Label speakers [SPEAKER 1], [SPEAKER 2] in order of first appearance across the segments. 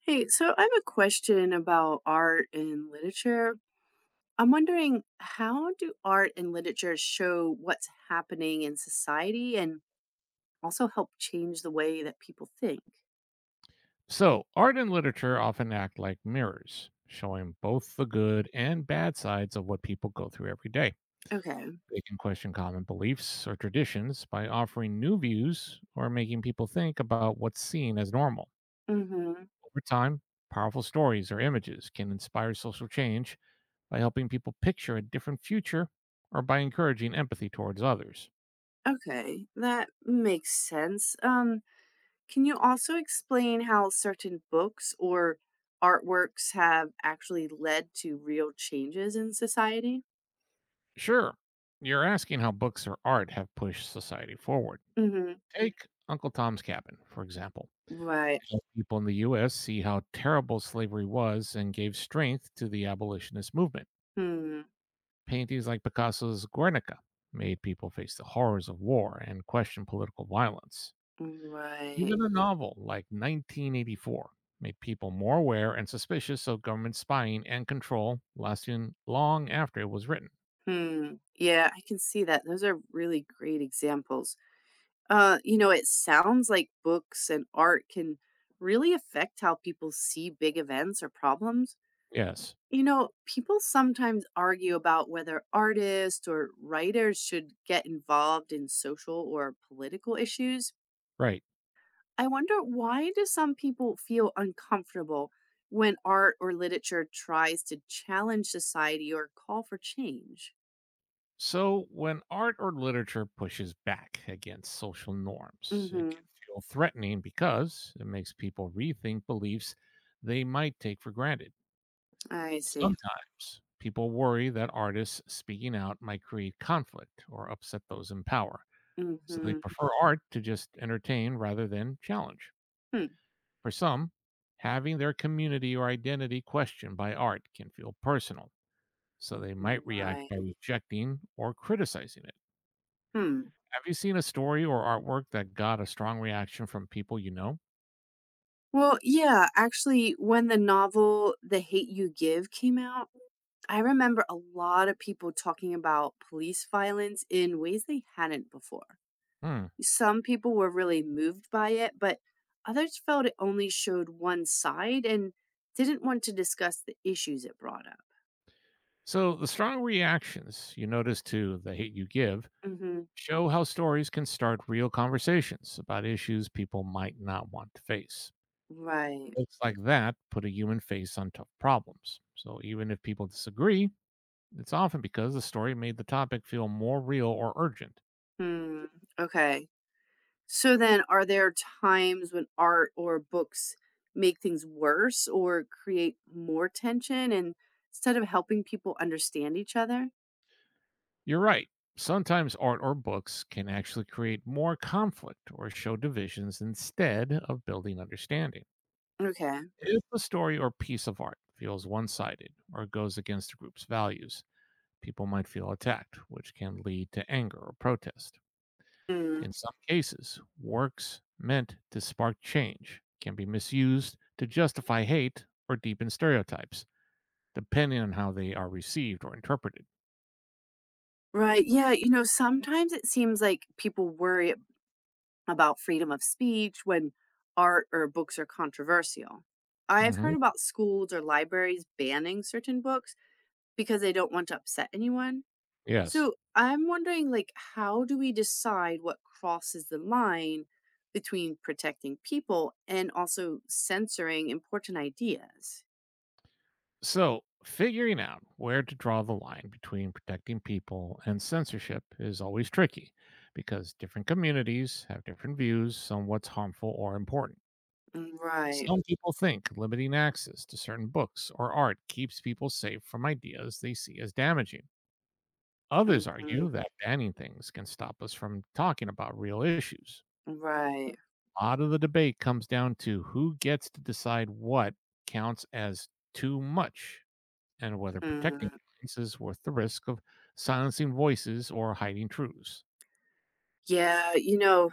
[SPEAKER 1] Hey, so I have a question about art and literature. I'm wondering how do art and literature show what's happening in society and also help change the way that people think?
[SPEAKER 2] So, art and literature often act like mirrors, showing both the good and bad sides of what people go through every day.
[SPEAKER 1] Okay.
[SPEAKER 2] They can question common beliefs or traditions by offering new views or making people think about what's seen as normal.
[SPEAKER 1] Mm-hmm.
[SPEAKER 2] Over time, powerful stories or images can inspire social change by helping people picture a different future or by encouraging empathy towards others.
[SPEAKER 1] Okay. That makes sense. Can you also explain how certain books or artworks have actually led to real changes in society?
[SPEAKER 2] Sure, you're asking how books or art have pushed society forward.
[SPEAKER 1] Mm-hmm.
[SPEAKER 2] Take Uncle Tom's Cabin, for example.
[SPEAKER 1] Right.
[SPEAKER 2] Most people in the U.S. see how terrible slavery was and gave strength to the abolitionist movement.
[SPEAKER 1] Hmm.
[SPEAKER 2] Paintings like Picasso's Guernica made people face the horrors of war and question political violence.
[SPEAKER 1] Right.
[SPEAKER 2] Even a novel like 1984 made people more aware and suspicious of government spying and control lasting long after it was written.
[SPEAKER 1] Hmm. Yeah, I can see that. Those are really great examples. It sounds like books and art can really affect how people see big events or problems.
[SPEAKER 2] Yes,
[SPEAKER 1] People sometimes argue about whether artists or writers should get involved in social or political issues.
[SPEAKER 2] right.
[SPEAKER 1] I wonder why do some people feel uncomfortable when art or literature tries to challenge society or call for change?
[SPEAKER 2] So, when art or literature pushes back against social norms, it can
[SPEAKER 1] Mhm.
[SPEAKER 2] feel threatening because it makes people rethink beliefs they might take for granted.
[SPEAKER 1] I see.
[SPEAKER 2] Sometimes people worry that artists speaking out might create conflict or upset those in power. So, they
[SPEAKER 1] Mhm.
[SPEAKER 2] prefer art to just entertain rather than challenge.
[SPEAKER 1] Hmm.
[SPEAKER 2] For some, having their community or identity questioned by art can feel personal. So, they might react
[SPEAKER 1] Right.
[SPEAKER 2] by rejecting or criticizing it.
[SPEAKER 1] Hmm.
[SPEAKER 2] Have you seen a story or artwork that got a strong reaction from people you know?
[SPEAKER 1] Well, yeah, actually, when the novel The Hate You Give came out, I remember a lot of people talking about police violence in ways they hadn't before.
[SPEAKER 2] Hmm.
[SPEAKER 1] Some people were really moved by it, but others felt it only showed one side and didn't want to discuss the issues it brought up.
[SPEAKER 2] So, the strong reactions you notice to the hate you give
[SPEAKER 1] Hmm.
[SPEAKER 2] show how stories can start real conversations about issues people might not want to face.
[SPEAKER 1] Right.
[SPEAKER 2] Books like that put a human face on tough problems. So, even if people disagree, it's often because the story made the topic feel more real or urgent.
[SPEAKER 1] Hmm. Okay. So then, are there times when art or books make things worse or create more tension and instead of helping people understand each other?
[SPEAKER 2] You're right. Sometimes art or books can actually create more conflict or show divisions instead of building understanding.
[SPEAKER 1] Okay.
[SPEAKER 2] If the story or piece of art feels one sided or goes against the group's values, people might feel attacked, which can lead to anger or protest.
[SPEAKER 1] Mm.
[SPEAKER 2] In some cases, works meant to spark change can be misused to justify hate or deepen stereotypes, depending on how they are received or interpreted.
[SPEAKER 1] Right. Yeah. Sometimes it seems like people worry about freedom of speech when art or books are controversial. I've
[SPEAKER 2] Hmm.
[SPEAKER 1] heard about schools or libraries banning certain books because they don't want to upset anyone.
[SPEAKER 2] Yes.
[SPEAKER 1] So I'm wondering, like, how do we decide what crosses the line between protecting people and also censoring important ideas?
[SPEAKER 2] So, figuring out where to draw the line between protecting people and censorship is always tricky because different communities have different views on what's harmful or important.
[SPEAKER 1] Mm, right.
[SPEAKER 2] Some people think limiting access to certain books or art keeps people safe from ideas they see as damaging. Others
[SPEAKER 1] Hmm.
[SPEAKER 2] argue that banning things can stop us from talking about real issues.
[SPEAKER 1] Right.
[SPEAKER 2] A lot of the debate comes down to who gets to decide what counts as too much and whether protecting
[SPEAKER 1] Mm.
[SPEAKER 2] clients is worth the risk of silencing voices or hiding truths.
[SPEAKER 1] Yeah,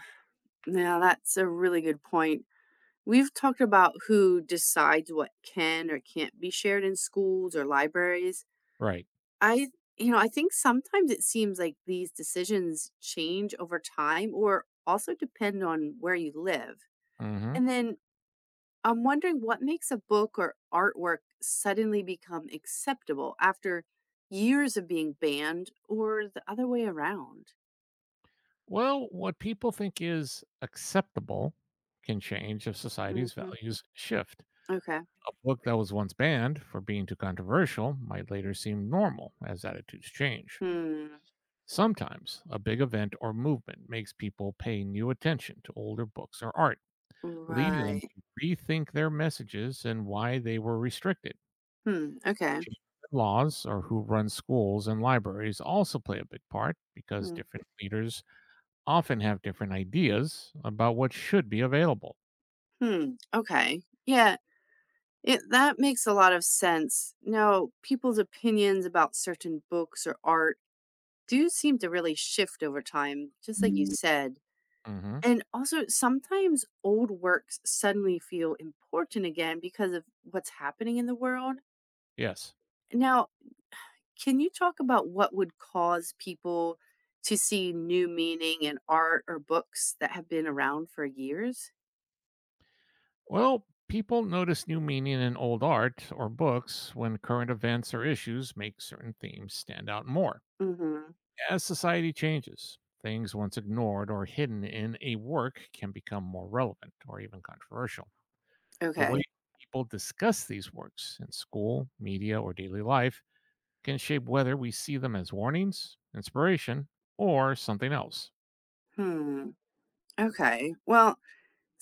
[SPEAKER 1] now that's a really good point. We've talked about who decides what can or can't be shared in schools or libraries.
[SPEAKER 2] Right.
[SPEAKER 1] I I think sometimes it seems like these decisions change over time or also depend on where you live.
[SPEAKER 2] Hmm.
[SPEAKER 1] And then I'm wondering what makes a book or artwork suddenly become acceptable after years of being banned or the other way around.
[SPEAKER 2] Well, what people think is acceptable can change if society's
[SPEAKER 1] Hmm.
[SPEAKER 2] values shift.
[SPEAKER 1] Okay.
[SPEAKER 2] A book that was once banned for being too controversial might later seem normal as attitudes change.
[SPEAKER 1] Hmm.
[SPEAKER 2] Sometimes a big event or movement makes people pay new attention to older books or art, leading them
[SPEAKER 1] Right.
[SPEAKER 2] to rethink their messages and why they were restricted.
[SPEAKER 1] Hmm. Okay.
[SPEAKER 2] Changes in laws or who run schools and libraries also play a big part because
[SPEAKER 1] Hmm.
[SPEAKER 2] different leaders often have different ideas about what should be available.
[SPEAKER 1] Hmm. Okay. Yeah. That makes a lot of sense. Now, people's opinions about certain books or art do seem to really shift over time, just like you
[SPEAKER 2] Hmm.
[SPEAKER 1] said. And also, sometimes old works suddenly feel important again because of what's happening in the world.
[SPEAKER 2] Yes.
[SPEAKER 1] Now, can you talk about what would cause people to see new meaning in art or books that have been around for years?
[SPEAKER 2] Well, people notice new meaning in old art or books when current events or issues make certain themes stand out more.
[SPEAKER 1] Mm-hmm.
[SPEAKER 2] As society changes, things once ignored or hidden in a work can become more relevant or even controversial. The way
[SPEAKER 1] Okay.
[SPEAKER 2] people discuss these works in school, media, or daily life can shape whether we see them as warnings, inspiration, or something else.
[SPEAKER 1] Hmm. Okay. Well,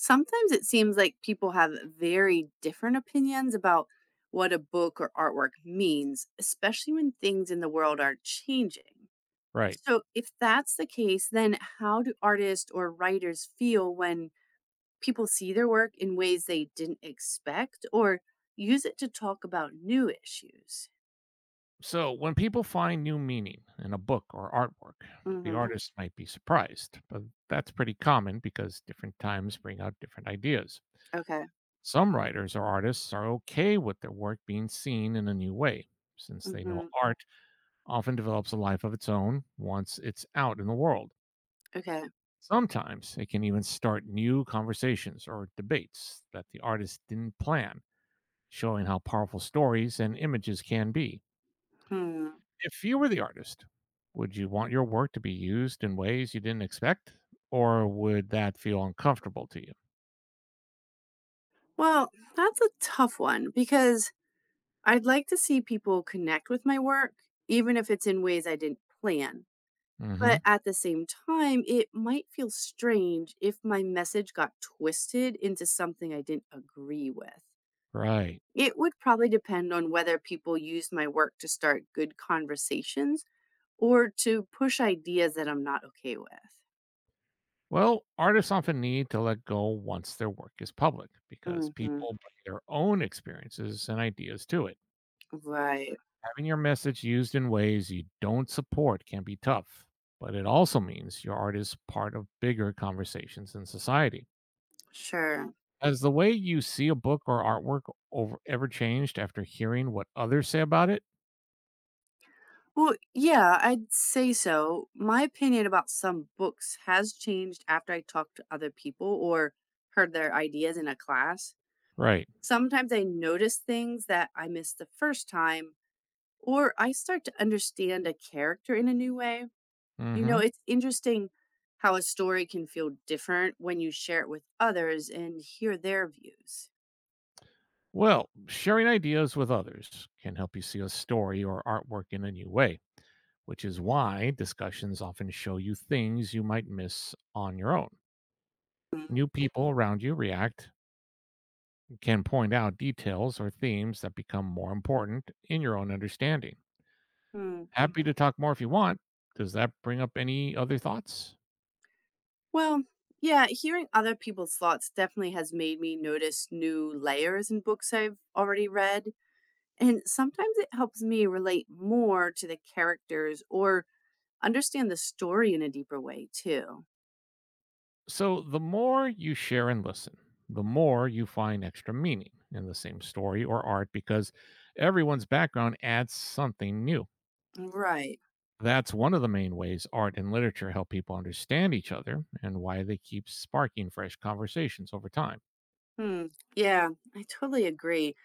[SPEAKER 1] sometimes it seems like people have very different opinions about what a book or artwork means, especially when things in the world are changing.
[SPEAKER 2] Right.
[SPEAKER 1] So, if that's the case, then how do artists or writers feel when people see their work in ways they didn't expect or use it to talk about new issues?
[SPEAKER 2] So, when people find new meaning in a book or artwork, the
[SPEAKER 1] Hmm.
[SPEAKER 2] artist might be surprised, but that's pretty common because different times bring out different ideas.
[SPEAKER 1] Okay.
[SPEAKER 2] Some writers or artists are okay with their work being seen in a new way, since they know
[SPEAKER 1] Hmm.
[SPEAKER 2] art often develops a life of its own once it's out in the world.
[SPEAKER 1] Okay.
[SPEAKER 2] Sometimes it can even start new conversations or debates that the artist didn't plan showing how powerful stories and images can be.
[SPEAKER 1] Hmm.
[SPEAKER 2] If you were the artist, would you want your work to be used in ways you didn't expect, or would that feel uncomfortable to you?
[SPEAKER 1] Well, that's a tough one because I'd like to see people connect with my work, even if it's in ways I didn't plan.
[SPEAKER 2] Hmm.
[SPEAKER 1] But at the same time, it might feel strange if my message got twisted into something I didn't agree with.
[SPEAKER 2] Right.
[SPEAKER 1] It would probably depend on whether people use my work to start good conversations or to push ideas that I'm not okay with.
[SPEAKER 2] Well, artists often need to let go once their work is public because
[SPEAKER 1] Hmm.
[SPEAKER 2] people bring their own experiences and ideas to it.
[SPEAKER 1] Right.
[SPEAKER 2] Having your message used in ways you don't support can be tough, but it also means your art is part of bigger conversations in society.
[SPEAKER 1] Sure.
[SPEAKER 2] Has the way you see a book or artwork over ever changed after hearing what others say about it?
[SPEAKER 1] Well, yeah, I'd say so. My opinion about some books has changed after I talked to other people or heard their ideas in a class.
[SPEAKER 2] Right.
[SPEAKER 1] Sometimes I notice things that I missed the first time, or I start to understand a character in a new way.
[SPEAKER 2] Hmm.
[SPEAKER 1] It's interesting how a story can feel different when you share it with others and hear their views.
[SPEAKER 2] Well, sharing ideas with others can help you see a story or artwork in a new way, which is why discussions often show you things you might miss on your own. New people around you react, can point out details or themes that become more important in your own understanding.
[SPEAKER 1] Mhm.
[SPEAKER 2] Happy to talk more if you want. Does that bring up any other thoughts?
[SPEAKER 1] Well, yeah, hearing other people's thoughts definitely has made me notice new layers in books I've already read. And sometimes it helps me relate more to the characters or understand the story in a deeper way, too.
[SPEAKER 2] So, the more you share and listen, the more you find extra meaning in the same story or art because everyone's background adds something new.
[SPEAKER 1] Right.
[SPEAKER 2] That's one of the main ways art and literature help people understand each other and why they keep sparking fresh conversations over time.
[SPEAKER 1] Hmm. Yeah, I totally agree.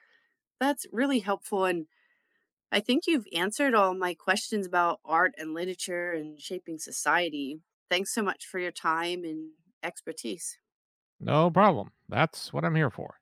[SPEAKER 1] That's really helpful. And I think you've answered all my questions about art and literature and shaping society. Thanks so much for your time and expertise.
[SPEAKER 2] No problem. That's what I'm here for.